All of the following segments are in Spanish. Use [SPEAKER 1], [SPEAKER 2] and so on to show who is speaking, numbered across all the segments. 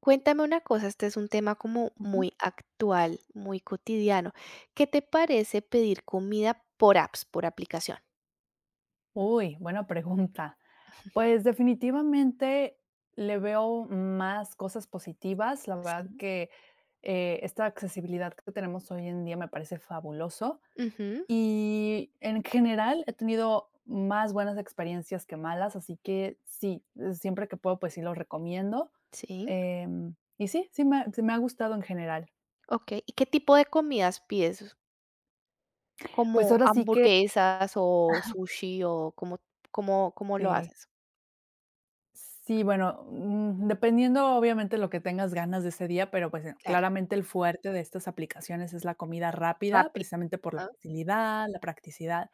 [SPEAKER 1] Cuéntame una cosa, este es un tema como
[SPEAKER 2] Ujú.
[SPEAKER 1] muy actual, muy cotidiano. ¿Qué te parece pedir comida por apps, por aplicación?
[SPEAKER 2] Uy, buena pregunta. Pues definitivamente le veo más cosas positivas. La verdad
[SPEAKER 1] Sí.
[SPEAKER 2] que esta accesibilidad que tenemos hoy en día me parece fabuloso.
[SPEAKER 1] Ujú,
[SPEAKER 2] Y en general he tenido más buenas experiencias que malas, así que sí, siempre que puedo, pues sí lo recomiendo.
[SPEAKER 1] sí,
[SPEAKER 2] Y sí, sí me ha gustado en general.
[SPEAKER 1] okey. ¿Y qué tipo de comidas pides?
[SPEAKER 2] Pues
[SPEAKER 1] ¿Como
[SPEAKER 2] ahora sí que
[SPEAKER 1] hamburguesas o sushi o cómo lo
[SPEAKER 2] sí.
[SPEAKER 1] haces?
[SPEAKER 2] Sí, bueno, dependiendo obviamente lo que tengas ganas de ese día, pero pues
[SPEAKER 1] Claro,
[SPEAKER 2] claramente el fuerte de estas aplicaciones es la comida rápida,
[SPEAKER 1] rápido,
[SPEAKER 2] precisamente por la
[SPEAKER 1] ¿no?
[SPEAKER 2] facilidad, la practicidad.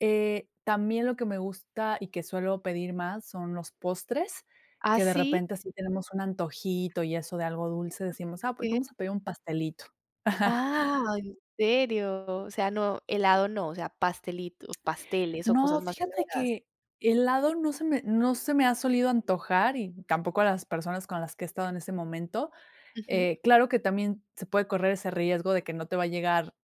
[SPEAKER 2] También lo que me gusta y que suelo pedir más son los postres,
[SPEAKER 1] ¿Ah,
[SPEAKER 2] que de
[SPEAKER 1] sí?
[SPEAKER 2] repente así tenemos un antojito y eso de algo dulce, decimos, ah, pues
[SPEAKER 1] ¿Qué?
[SPEAKER 2] vamos a pedir un pastelito.
[SPEAKER 1] Ah, ¿en serio? O sea, no, helado no, o sea, pastelito pasteles o
[SPEAKER 2] No,
[SPEAKER 1] cosas más
[SPEAKER 2] fíjate
[SPEAKER 1] elaboradas.
[SPEAKER 2] que helado no se me ha solido antojar y tampoco a las personas con las que he estado en ese momento.
[SPEAKER 1] Ujú,
[SPEAKER 2] Claro que también se puede correr ese riesgo de que no te va a llegar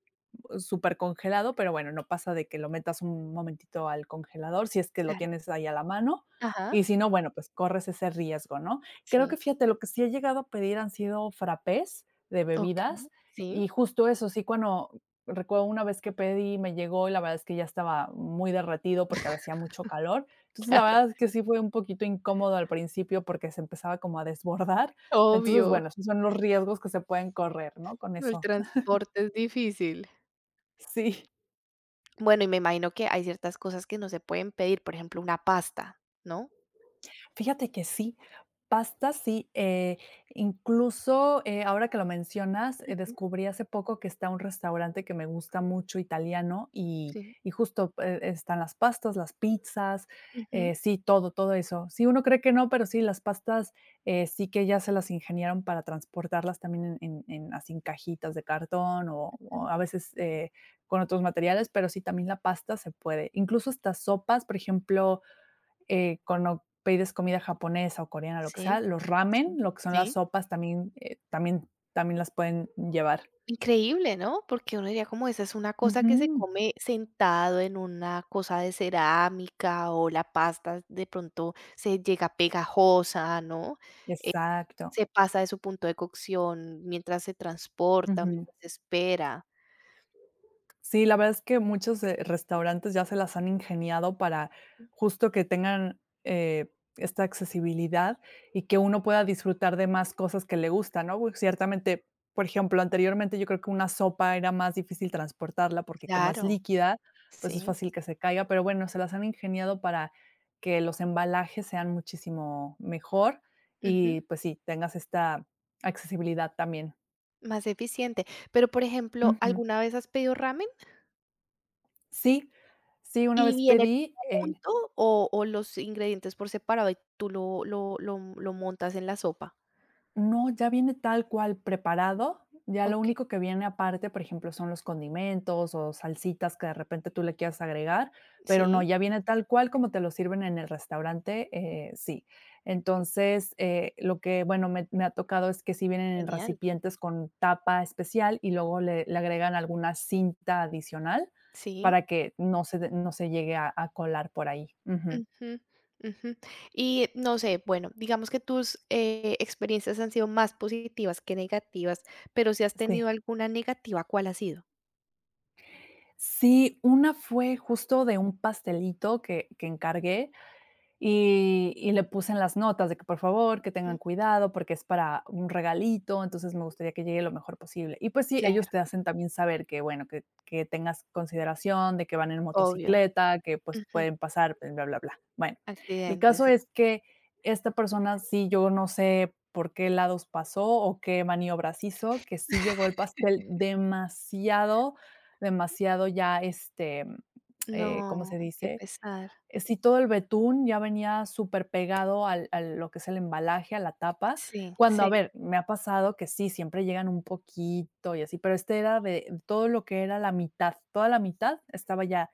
[SPEAKER 2] súper congelado, pero bueno, no pasa de que lo metas un momentito al congelador, si es que lo
[SPEAKER 1] claro.
[SPEAKER 2] tienes ahí a la mano,
[SPEAKER 1] Ajá,
[SPEAKER 2] y si no, bueno, pues corres ese riesgo, ¿no? Creo que
[SPEAKER 1] sí.
[SPEAKER 2] fíjate, lo que sí he llegado a pedir han sido frappés de
[SPEAKER 1] Ok,
[SPEAKER 2] bebidas,
[SPEAKER 1] sí,
[SPEAKER 2] y justo eso, sí, cuando recuerdo una vez que pedí, me llegó y la verdad es que ya estaba muy derretido porque hacía mucho calor. Entonces, la
[SPEAKER 1] claro,
[SPEAKER 2] verdad es que sí fue un poquito incómodo al principio porque se empezaba como a desbordar, entonces,
[SPEAKER 1] obvio.
[SPEAKER 2] bueno, esos son los riesgos que se pueden correr, ¿no? Con
[SPEAKER 1] El
[SPEAKER 2] eso.
[SPEAKER 1] transporte es difícil.
[SPEAKER 2] Sí.
[SPEAKER 1] Bueno, y me imagino que hay ciertas cosas que no se pueden pedir, por ejemplo, una pasta, ¿no?
[SPEAKER 2] Fíjate que sí, pasta sí, incluso, ahora que lo mencionas,
[SPEAKER 1] Ujú,
[SPEAKER 2] descubrí hace poco que está un restaurante que me gusta mucho, italiano, y
[SPEAKER 1] sí.
[SPEAKER 2] y justo, están las pastas, las pizzas,
[SPEAKER 1] Ujú,
[SPEAKER 2] sí, todo, todo eso. Sí, uno cree que no, pero sí, las pastas, sí que ya se las ingeniaron para transportarlas también en así en cajitas de cartón o
[SPEAKER 1] mm.
[SPEAKER 2] o a veces, con otros materiales, pero sí, también la pasta se puede. Incluso estas sopas, por ejemplo, cuando pides comida japonesa o coreana, lo que
[SPEAKER 1] Sí,
[SPEAKER 2] sea, los ramen,
[SPEAKER 1] sí,
[SPEAKER 2] lo que son las
[SPEAKER 1] sí.
[SPEAKER 2] sopas, también las pueden llevar.
[SPEAKER 1] Increíble, ¿no? Porque uno diría como esa es una cosa que se
[SPEAKER 2] Ujú,
[SPEAKER 1] come sentado en una cosa de cerámica, o la pasta de pronto se llega pegajosa, ¿no?
[SPEAKER 2] exacto.
[SPEAKER 1] Se pasa de su punto de cocción mientras se transporta,
[SPEAKER 2] Ujú.
[SPEAKER 1] mientras se espera.
[SPEAKER 2] Sí, la verdad es que muchos, restaurantes ya se las han ingeniado para justo que tengan, esta accesibilidad y que uno pueda disfrutar de más cosas que le gustan, ¿no? Pues, ciertamente, por ejemplo, anteriormente yo creo que una sopa era más difícil transportarla porque como es
[SPEAKER 1] Claro.
[SPEAKER 2] líquida, pues es
[SPEAKER 1] Sí,
[SPEAKER 2] fácil que se caiga, pero bueno, se las han ingeniado para que los embalajes sean muchísimo mejor
[SPEAKER 1] ujú,
[SPEAKER 2] y, pues sí, tengas esta accesibilidad también.
[SPEAKER 1] más eficiente. Pero, por ejemplo,
[SPEAKER 2] Ujú.
[SPEAKER 1] ¿alguna vez has pedido ramen
[SPEAKER 2] Sí, sí, una
[SPEAKER 1] y
[SPEAKER 2] vez
[SPEAKER 1] viene todo
[SPEAKER 2] pedí.
[SPEAKER 1] junto o los ingredientes por separado y tú lo montas en la sopa?
[SPEAKER 2] No, ya viene tal cual preparado, ya lo
[SPEAKER 1] Okey,
[SPEAKER 2] único que viene aparte, por ejemplo, son los condimentos o salsitas que de repente tú le quieras agregar, pero no,
[SPEAKER 1] sí,
[SPEAKER 2] ya viene tal cual como te lo sirven en el restaurante, sí. Entonces, lo que, bueno, me ha tocado es que sí vienen en
[SPEAKER 1] genial,
[SPEAKER 2] recipientes con tapa especial y luego le agregan alguna cinta adicional
[SPEAKER 1] sí,
[SPEAKER 2] para que no se llegue a colar por ahí. Ujú,
[SPEAKER 1] ujú, ujú. Y no sé, bueno, digamos que tus, experiencias han sido más positivas que negativas, pero si has tenido
[SPEAKER 2] sí.
[SPEAKER 1] alguna negativa, ¿cuál ha sido?
[SPEAKER 2] Sí, una fue justo de un pastelito que encargué, y le puse en las notas de que, por favor, que tengan
[SPEAKER 1] Ujú,
[SPEAKER 2] cuidado, porque es para un regalito, entonces me gustaría que llegue lo mejor posible. Y, pues sí,
[SPEAKER 1] claro,
[SPEAKER 2] ellos te hacen también saber que, bueno, que tengas consideración de que van en
[SPEAKER 1] obvio,
[SPEAKER 2] motocicleta, que, pues,
[SPEAKER 1] ujú,
[SPEAKER 2] pueden pasar, bla, bla, bla. Bueno, el
[SPEAKER 1] accidentes,
[SPEAKER 2] caso
[SPEAKER 1] sí.
[SPEAKER 2] es que esta persona sí, yo no sé por qué lados pasó o qué maniobras hizo, que sí llegó el pastel demasiado, demasiado ya, ¿cómo
[SPEAKER 1] No,
[SPEAKER 2] se
[SPEAKER 1] qué
[SPEAKER 2] dice?
[SPEAKER 1] pesar.
[SPEAKER 2] Sí, todo el betún ya venía súper pegado al lo que es el embalaje, a la tapa,
[SPEAKER 1] Sí,
[SPEAKER 2] cuando, a
[SPEAKER 1] sí,
[SPEAKER 2] ver, me ha pasado que sí, siempre llegan un poquito y así, pero este era de todo lo que era la mitad, toda la mitad estaba ya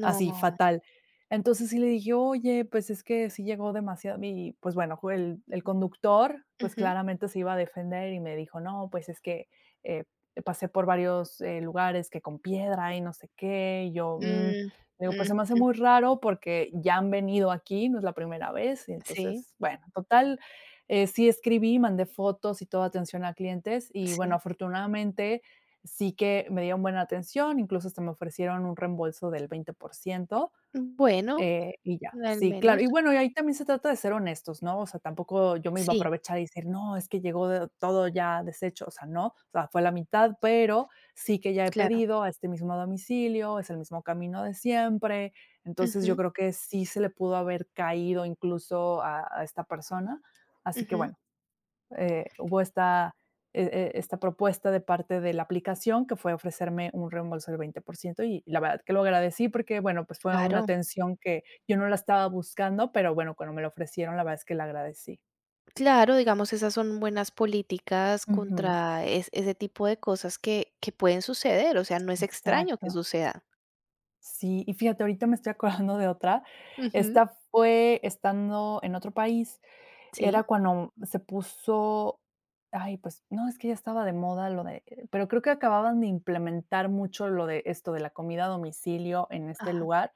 [SPEAKER 2] así, fatal. Entonces sí le dije: "Oye, pues es que sí llegó demasiado", y pues bueno, el conductor, pues
[SPEAKER 1] ujú,
[SPEAKER 2] claramente se iba a defender y me dijo: "No, pues es que, eh, pasé por varios, lugares que con piedra y no sé qué", y yo,
[SPEAKER 1] mm,
[SPEAKER 2] digo: "Pues
[SPEAKER 1] mm,
[SPEAKER 2] se me hace muy raro porque ya han venido aquí, no es la primera vez", y
[SPEAKER 1] sí,
[SPEAKER 2] entonces, bueno, total, sí escribí, mandé fotos y toda atención a clientes y bueno,
[SPEAKER 1] sí.
[SPEAKER 2] afortunadamente, sí que me dieron buena atención, incluso hasta me ofrecieron un reembolso del 20%,
[SPEAKER 1] Bueno,
[SPEAKER 2] y ya.
[SPEAKER 1] al
[SPEAKER 2] Sí, claro.
[SPEAKER 1] menos,
[SPEAKER 2] Y bueno, y ahí también se trata de ser honestos, ¿no? O sea, tampoco yo me iba a
[SPEAKER 1] sí,
[SPEAKER 2] aprovechar y decir: "No, es que llegó de todo ya deshecho", o sea, no, o sea, fue la mitad, pero sí que ya he
[SPEAKER 1] claro,
[SPEAKER 2] pedido a este mismo domicilio, es el mismo camino de siempre. Entonces, yo
[SPEAKER 1] ujú,
[SPEAKER 2] creo que sí se le pudo haber caído incluso a esta persona. Así que
[SPEAKER 1] ujú,
[SPEAKER 2] bueno, hubo esta propuesta de parte de la aplicación que fue ofrecerme un reembolso del 20% y la verdad que lo agradecí porque, bueno, pues fue una
[SPEAKER 1] claro,
[SPEAKER 2] atención que yo no la estaba buscando, pero bueno, cuando me lo ofrecieron, la verdad es que la agradecí.
[SPEAKER 1] claro, digamos, esas son buenas políticas
[SPEAKER 2] Ujú.
[SPEAKER 1] contra es ese tipo de cosas que pueden suceder, o sea, no es extraño
[SPEAKER 2] Exacto.
[SPEAKER 1] que sucedan.
[SPEAKER 2] Sí, y fíjate, ahorita me estoy acordando de otra.
[SPEAKER 1] Ujú,
[SPEAKER 2] Esta fue estando en otro país. Era
[SPEAKER 1] sí,
[SPEAKER 2] cuando se puso, ay, pues, no, es que ya estaba de moda lo de, pero creo que acababan de implementar mucho lo de esto de la comida a domicilio en este
[SPEAKER 1] ajá,
[SPEAKER 2] lugar,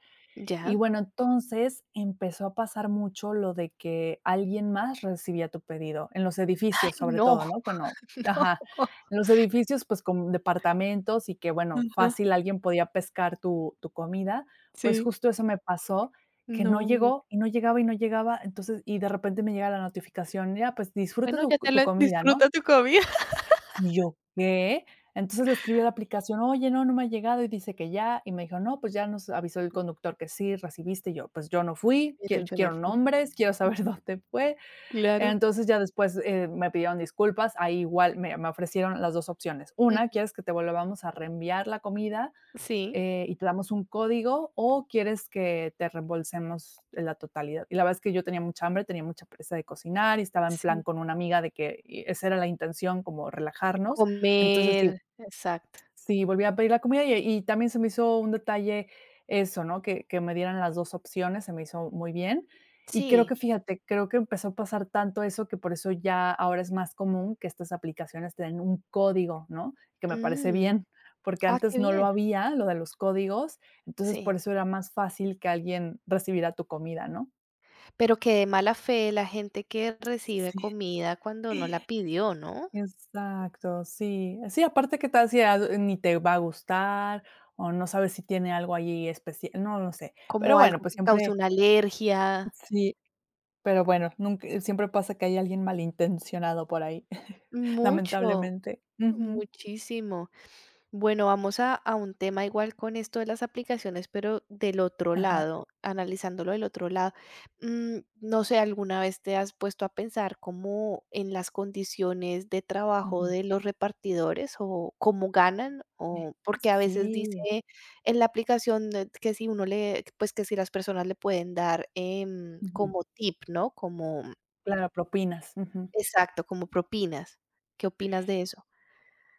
[SPEAKER 2] y
[SPEAKER 1] ya.
[SPEAKER 2] bueno, entonces empezó a pasar mucho lo de que alguien más recibía tu pedido, en los
[SPEAKER 1] Ay,
[SPEAKER 2] edificios sobre
[SPEAKER 1] no,
[SPEAKER 2] todo, ¿no? Bueno,
[SPEAKER 1] no.
[SPEAKER 2] ajá, en los edificios, pues, con departamentos y que, bueno,
[SPEAKER 1] Ajá,
[SPEAKER 2] fácil alguien podía pescar tu comida, pues,
[SPEAKER 1] sí.
[SPEAKER 2] justo eso me pasó, que no
[SPEAKER 1] No.
[SPEAKER 2] llegó, y no llegaba, entonces, y de repente me llega la notificación: "Ya, pues, disfruta
[SPEAKER 1] Bueno,
[SPEAKER 2] tu
[SPEAKER 1] ya te
[SPEAKER 2] tu
[SPEAKER 1] lo
[SPEAKER 2] comida", ¿no?
[SPEAKER 1] disfruta tu comida.
[SPEAKER 2] Y yo, ¿qué? Entonces le escribí a la aplicación, oye, no, no me ha llegado y dice que ya, y me dijo, no, pues ya nos avisó el conductor que sí, recibiste, y yo, pues yo no fui,
[SPEAKER 1] Pero yo no
[SPEAKER 2] quiero
[SPEAKER 1] fui.
[SPEAKER 2] nombres, quiero saber dónde fue.
[SPEAKER 1] Claro.
[SPEAKER 2] Entonces ya después me pidieron disculpas, ahí igual me ofrecieron las dos opciones. Una,
[SPEAKER 1] Mm,
[SPEAKER 2] ¿quieres que te volvamos a reenviar la comida?
[SPEAKER 1] sí,
[SPEAKER 2] Y te damos un código o quieres que te reembolsemos la totalidad. Y la verdad es que yo tenía mucha hambre, tenía mucha presa de cocinar y estaba en plan
[SPEAKER 1] sí.
[SPEAKER 2] con una amiga de que esa era la intención, como relajarnos. Entonces,
[SPEAKER 1] Comer, exacto.
[SPEAKER 2] sí, volví a pedir la comida y también se me hizo un detalle eso, ¿no? Que me dieran las 2 opciones, se me hizo muy bien. Y creo
[SPEAKER 1] Sí,
[SPEAKER 2] que, fíjate, creo que empezó a pasar tanto eso que por eso ya ahora es más común que estas aplicaciones tengan un código, ¿no? Que me parece
[SPEAKER 1] mm,
[SPEAKER 2] bien, porque
[SPEAKER 1] ah,
[SPEAKER 2] antes
[SPEAKER 1] qué
[SPEAKER 2] no lo
[SPEAKER 1] bien,
[SPEAKER 2] había, lo de los códigos, entonces
[SPEAKER 1] sí.
[SPEAKER 2] por eso era más fácil que alguien recibiera tu comida, ¿no?
[SPEAKER 1] Pero qué de mala fe la gente que recibe comida cuando no
[SPEAKER 2] Sí.
[SPEAKER 1] la pidió, ¿no?
[SPEAKER 2] Exacto, sí. Sí, aparte, ¿qué tal si a ni te va a gustar o no sabes si tiene algo allí especial, no lo sé.
[SPEAKER 1] Como
[SPEAKER 2] Pero bueno,
[SPEAKER 1] algo
[SPEAKER 2] pues
[SPEAKER 1] que cause
[SPEAKER 2] siempre
[SPEAKER 1] una alergia.
[SPEAKER 2] sí, pero bueno, nunca siempre pasa que hay alguien malintencionado por ahí,
[SPEAKER 1] Mucho,
[SPEAKER 2] lamentablemente. Ujú.
[SPEAKER 1] muchísimo. Bueno, vamos a un tema igual con esto de las aplicaciones, pero del otro
[SPEAKER 2] Ajá,
[SPEAKER 1] lado, analizándolo del otro lado. Mm, no sé, ¿alguna vez te has puesto a pensar cómo en las condiciones de trabajo
[SPEAKER 2] ujú.
[SPEAKER 1] de los repartidores o cómo ganan? O porque a veces dice
[SPEAKER 2] Sí.
[SPEAKER 1] en la aplicación que si uno le, pues que si las personas le pueden dar
[SPEAKER 2] Ujú.
[SPEAKER 1] como tip, ¿no? Como,
[SPEAKER 2] Claro, propinas. Ujú.
[SPEAKER 1] exacto, como propinas. ¿Qué opinas de eso?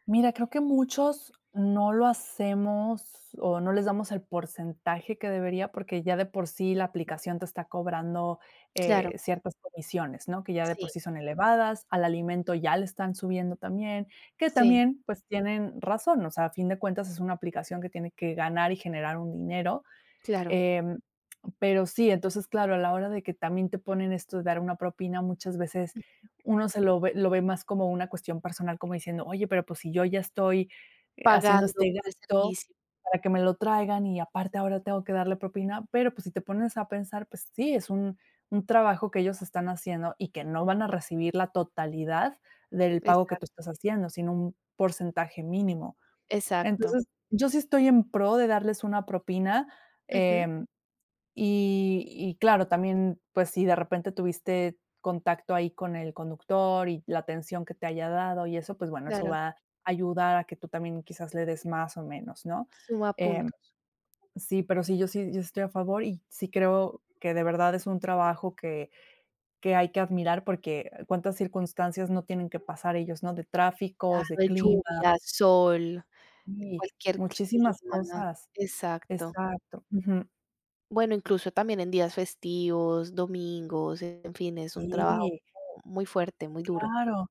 [SPEAKER 2] Mira, creo que muchos no lo hacemos o no les damos el porcentaje que debería, porque ya de por sí la aplicación te está cobrando,
[SPEAKER 1] Claro,
[SPEAKER 2] ciertas comisiones, ¿no? Que ya de por
[SPEAKER 1] sí,
[SPEAKER 2] sí son elevadas, al alimento ya le están subiendo también, que
[SPEAKER 1] sí,
[SPEAKER 2] también, pues, tienen razón, o sea, a fin de cuentas es una aplicación que tiene que ganar y generar un dinero,
[SPEAKER 1] claro.
[SPEAKER 2] em, pero sí, entonces, claro, a la hora de que también te ponen esto de dar una propina, muchas veces uno se lo ve más como una cuestión personal, como diciendo: "Oye, pero, pues, si yo ya estoy, haciendo
[SPEAKER 1] Pagando
[SPEAKER 2] este
[SPEAKER 1] por el
[SPEAKER 2] gasto
[SPEAKER 1] servicio.
[SPEAKER 2] para que me lo traigan y aparte ahora tengo que darle propina". Pero, pues, si te pones a pensar, pues sí, es un trabajo que ellos están haciendo y que no van a recibir la totalidad del pago que tú
[SPEAKER 1] Exacto,
[SPEAKER 2] estás haciendo, sino un porcentaje mínimo.
[SPEAKER 1] exacto.
[SPEAKER 2] Entonces, yo sí estoy en pro de darles una propina,
[SPEAKER 1] Ujú,
[SPEAKER 2] eh y claro, también, pues, si de repente tuviste contacto ahí con el conductor y la atención que te haya dado y eso, pues bueno, eso
[SPEAKER 1] claro,
[SPEAKER 2] va a ayudar a que tú también quizás le des más o menos, ¿no?
[SPEAKER 1] suma
[SPEAKER 2] Em,
[SPEAKER 1] puntos.
[SPEAKER 2] sí, pero sí, yo estoy a favor y sí creo que de verdad es un trabajo que hay que admirar, porque cuántas circunstancias no tienen que pasar ellos, ¿no? De tráficos, de
[SPEAKER 1] Claro,
[SPEAKER 2] clima
[SPEAKER 1] lluvia, sol,
[SPEAKER 2] y
[SPEAKER 1] cualquier
[SPEAKER 2] muchísimas
[SPEAKER 1] clima, ¿no?
[SPEAKER 2] cosas.
[SPEAKER 1] Exacto.
[SPEAKER 2] Exacto. Ujú.
[SPEAKER 1] Bueno, incluso también en días festivos, domingos, en fin, es un trabajo
[SPEAKER 2] Sí,
[SPEAKER 1] muy fuerte, muy duro.
[SPEAKER 2] claro.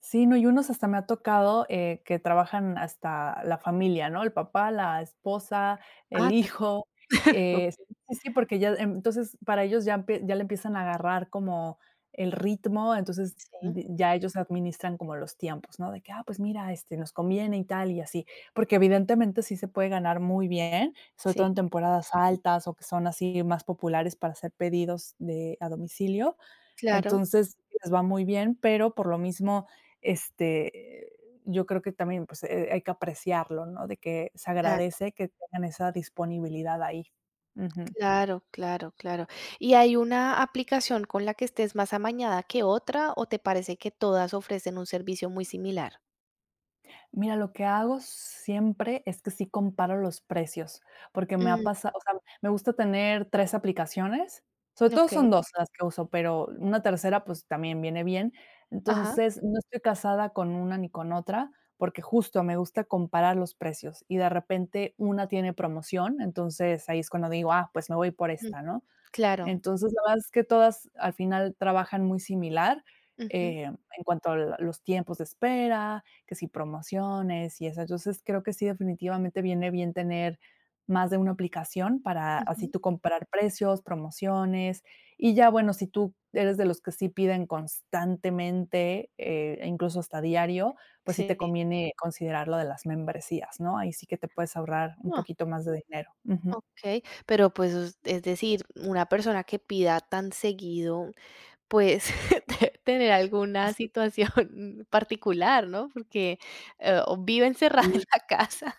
[SPEAKER 2] Sí, no, y unos hasta me ha tocado, que trabajan hasta la familia, ¿no? El papá, la esposa,
[SPEAKER 1] Ah,
[SPEAKER 2] el
[SPEAKER 1] ta
[SPEAKER 2] hijo,
[SPEAKER 1] okey.
[SPEAKER 2] sí, sí, sí, porque ya, entonces, para ellos ya empie ya le empiezan a agarrar como el ritmo. Entonces,
[SPEAKER 1] Sí,
[SPEAKER 2] d ya ellos administran como los tiempos, ¿no? De que, ah, pues mira, este, nos conviene y tal y así, porque evidentemente sí se puede ganar muy bien, sobre
[SPEAKER 1] sí,
[SPEAKER 2] todo en temporadas altas o que son así más populares para hacer pedidos de a domicilio.
[SPEAKER 1] claro,
[SPEAKER 2] Entonces, les va muy bien, pero por lo mismo, este, yo creo que también, pues, hay que apreciarlo, ¿no? De que se
[SPEAKER 1] cla
[SPEAKER 2] agradece que tengan esa disponibilidad ahí. Ujú.
[SPEAKER 1] claro, claro, claro. ¿Y hay una aplicación con la que estés más amañada que otra, o te parece que todas ofrecen un servicio muy similar?
[SPEAKER 2] Mira, lo que hago siempre es que sí comparo los precios, porque me ha
[SPEAKER 1] Mm.
[SPEAKER 2] pasado, o sea, me gusta tener 3 aplicaciones, sobre todo
[SPEAKER 1] Okey,
[SPEAKER 2] son 2 las que uso, pero una
[SPEAKER 1] sí.
[SPEAKER 2] tercera, pues, también viene bien.
[SPEAKER 1] Ajá,
[SPEAKER 2] Entonces, no estoy casada con una ni con otra, porque justo me gusta comparar los precios y de repente una tiene promoción, entonces ahí es cuando digo: "Ah, pues me voy por
[SPEAKER 1] mm,
[SPEAKER 2] esta", ¿no?
[SPEAKER 1] claro.
[SPEAKER 2] Entonces, la verdad es que todas al final trabajan muy similar,
[SPEAKER 1] Ujú,
[SPEAKER 2] en cuanto a la los tiempos de espera, que si promociones y eso. Entonces, creo que sí, definitivamente viene bien tener más de una aplicación para así
[SPEAKER 1] ujú,
[SPEAKER 2] tú comparar precios, promociones, y ya, bueno, si tú eres de los que sí piden constantemente, e incluso hasta diario, pues sí te
[SPEAKER 1] sí.
[SPEAKER 2] conviene considerar lo de las membresías, ¿no? Ahí sí que te puedes ahorrar un
[SPEAKER 1] Ah,
[SPEAKER 2] poquito más de dinero. Ujú.
[SPEAKER 1] okey, pero, pues, us es decir, una persona que pida tan seguido, pues, debe tener alguna situación particular, ¿no? Porque, o vive encerrada en
[SPEAKER 2] Sí.
[SPEAKER 1] la casa,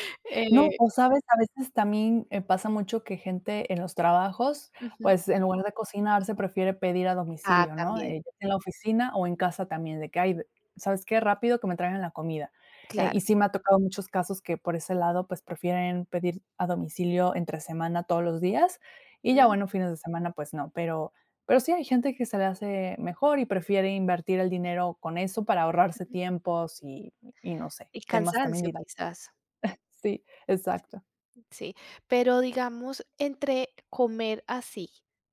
[SPEAKER 2] No,
[SPEAKER 1] eh,
[SPEAKER 2] o sabes, a veces también, pasa mucho que gente en los trabajos,
[SPEAKER 1] ujú.
[SPEAKER 2] pues, en lugar de cocinar, se prefiere pedir a
[SPEAKER 1] Ah,
[SPEAKER 2] domicilio, ¿no?
[SPEAKER 1] también,
[SPEAKER 2] Ya sea en la oficina o en casa también, de que: "Ay, ¿sabes qué? Rápido que me traigan la comida".
[SPEAKER 1] claro.
[SPEAKER 2] Y sí me ha tocado muchos casos que por ese lado, pues, prefieren pedir a domicilio entre semana todos los días, y ya,
[SPEAKER 1] Mm,
[SPEAKER 2] bueno, fines de semana, pues no, pero sí hay gente que se le hace mejor y prefiere invertir el dinero con eso para ahorrarse
[SPEAKER 1] ujú.
[SPEAKER 2] tiempos y no sé,
[SPEAKER 1] Y
[SPEAKER 2] temas también
[SPEAKER 1] cansancio,
[SPEAKER 2] de ir al-
[SPEAKER 1] quizás.
[SPEAKER 2] Sí, exacto.
[SPEAKER 1] Sí, pero digamos, entre comer así,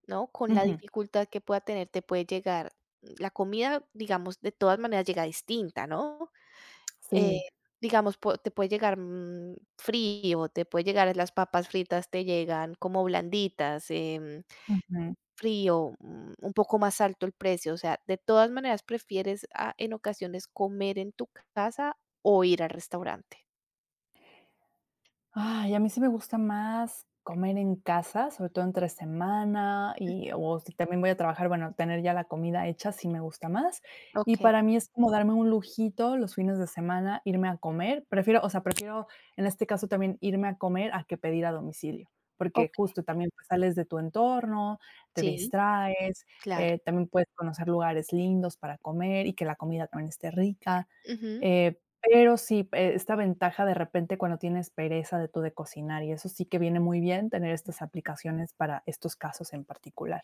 [SPEAKER 1] ¿no? Con la
[SPEAKER 2] Ujú,
[SPEAKER 1] dificultad que pueda tener, te puede llegar, la comida, digamos, de todas maneras llega distinta, ¿no? Eh,
[SPEAKER 2] sí.
[SPEAKER 1] digamos, te puede llegar frío, te puede llegar, las papas fritas te llegan como blanditas,
[SPEAKER 2] Ujú.
[SPEAKER 1] frío, un poco más alto el precio, o sea, de todas maneras prefieres en ocasiones comer en tu casa o ir al restaurante.
[SPEAKER 2] Ay, a mí sí me gusta más comer en casa, sobre todo entre semana y o si también voy a trabajar, bueno, tener ya la comida hecha sí me gusta más. Y
[SPEAKER 1] Ok,
[SPEAKER 2] para mí es como darme un lujito los fines de semana, irme a comer. Prefiero, o sea, prefiero en este caso también irme a comer a que pedir a domicilio, porque
[SPEAKER 1] ok,
[SPEAKER 2] justo también, pues, sales de tu entorno, te
[SPEAKER 1] sí,
[SPEAKER 2] distraes,
[SPEAKER 1] claro.
[SPEAKER 2] también puedes conocer lugares lindos para comer y que la comida también esté rica.
[SPEAKER 1] Ujú.
[SPEAKER 2] Eh, Pero sí, esta ventaja de repente cuando tienes pereza de tú de cocinar, y eso sí que viene muy bien tener estas aplicaciones para estos casos en particular.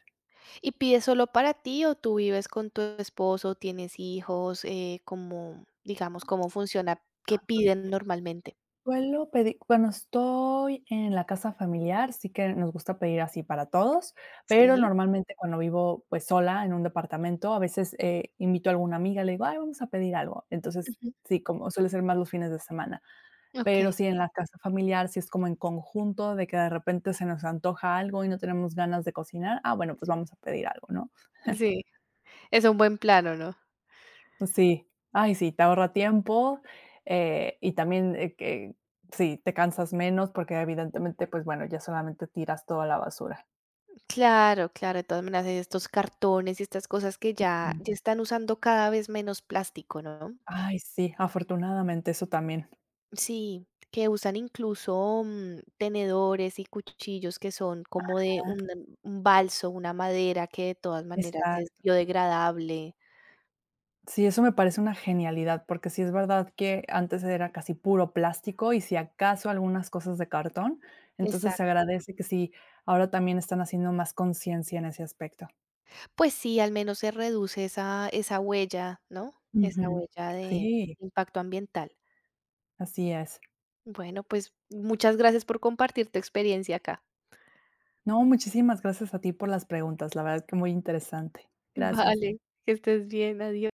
[SPEAKER 1] ¿Y pides solo para ti o tú vives con tu esposo, tienes hijos? Como, digamos, ¿cómo funciona? ¿Qué piden normalmente?
[SPEAKER 2] Suelo pedir cuando estoy en la casa familiar, sí que nos gusta pedir así para todos, pero
[SPEAKER 1] Sí,
[SPEAKER 2] normalmente cuando vivo, pues, sola en un departamento, a veces, invito a alguna amiga, le digo: "Ay, vamos a pedir algo". Entonces,
[SPEAKER 1] ujú,
[SPEAKER 2] sí, como suele ser más los fines de semana. Pero
[SPEAKER 1] okey,
[SPEAKER 2] si en la casa familiar, si es como en conjunto, de que de repente se nos antoja algo y no tenemos ganas de cocinar, ah, bueno, pues
[SPEAKER 1] sí.
[SPEAKER 2] vamos a pedir algo, ¿no?
[SPEAKER 1] Sí, es un buen plano, ¿no?
[SPEAKER 2] Pues sí, ay, sí, te ahorra tiempo, y también, que sí, te cansas menos porque evidentemente, pues bueno, ya solamente tiras toda la basura.
[SPEAKER 1] Claro, claro, de todas maneras, estos cartones y estas cosas que ya
[SPEAKER 2] Ujú.
[SPEAKER 1] ya están usando cada vez menos plástico, ¿no?
[SPEAKER 2] Ay, sí, afortunadamente, eso también.
[SPEAKER 1] Sí, que usan incluso, tenedores y cuchillos que son como de
[SPEAKER 2] Ah.
[SPEAKER 1] un balso, una madera que de todas maneras es
[SPEAKER 2] Exacto.
[SPEAKER 1] biodegradable.
[SPEAKER 2] Sí, eso me parece una genialidad, porque sí es verdad que antes era casi puro plástico y si acaso algunas cosas de cartón, entonces se
[SPEAKER 1] Exacto.
[SPEAKER 2] agradece que sí, ahora también están haciendo más conciencia en ese aspecto.
[SPEAKER 1] Pues sí, al menos se reduce esa huella, ¿no? Esa
[SPEAKER 2] Ujú.
[SPEAKER 1] huella de
[SPEAKER 2] Sí,
[SPEAKER 1] impacto ambiental.
[SPEAKER 2] así es.
[SPEAKER 1] Bueno, pues muchas gracias por compartir tu experiencia acá.
[SPEAKER 2] No, muchísimas gracias a ti por las preguntas, la verdad que muy interesante. Gracias.
[SPEAKER 1] Vale, que estés bien, adiós.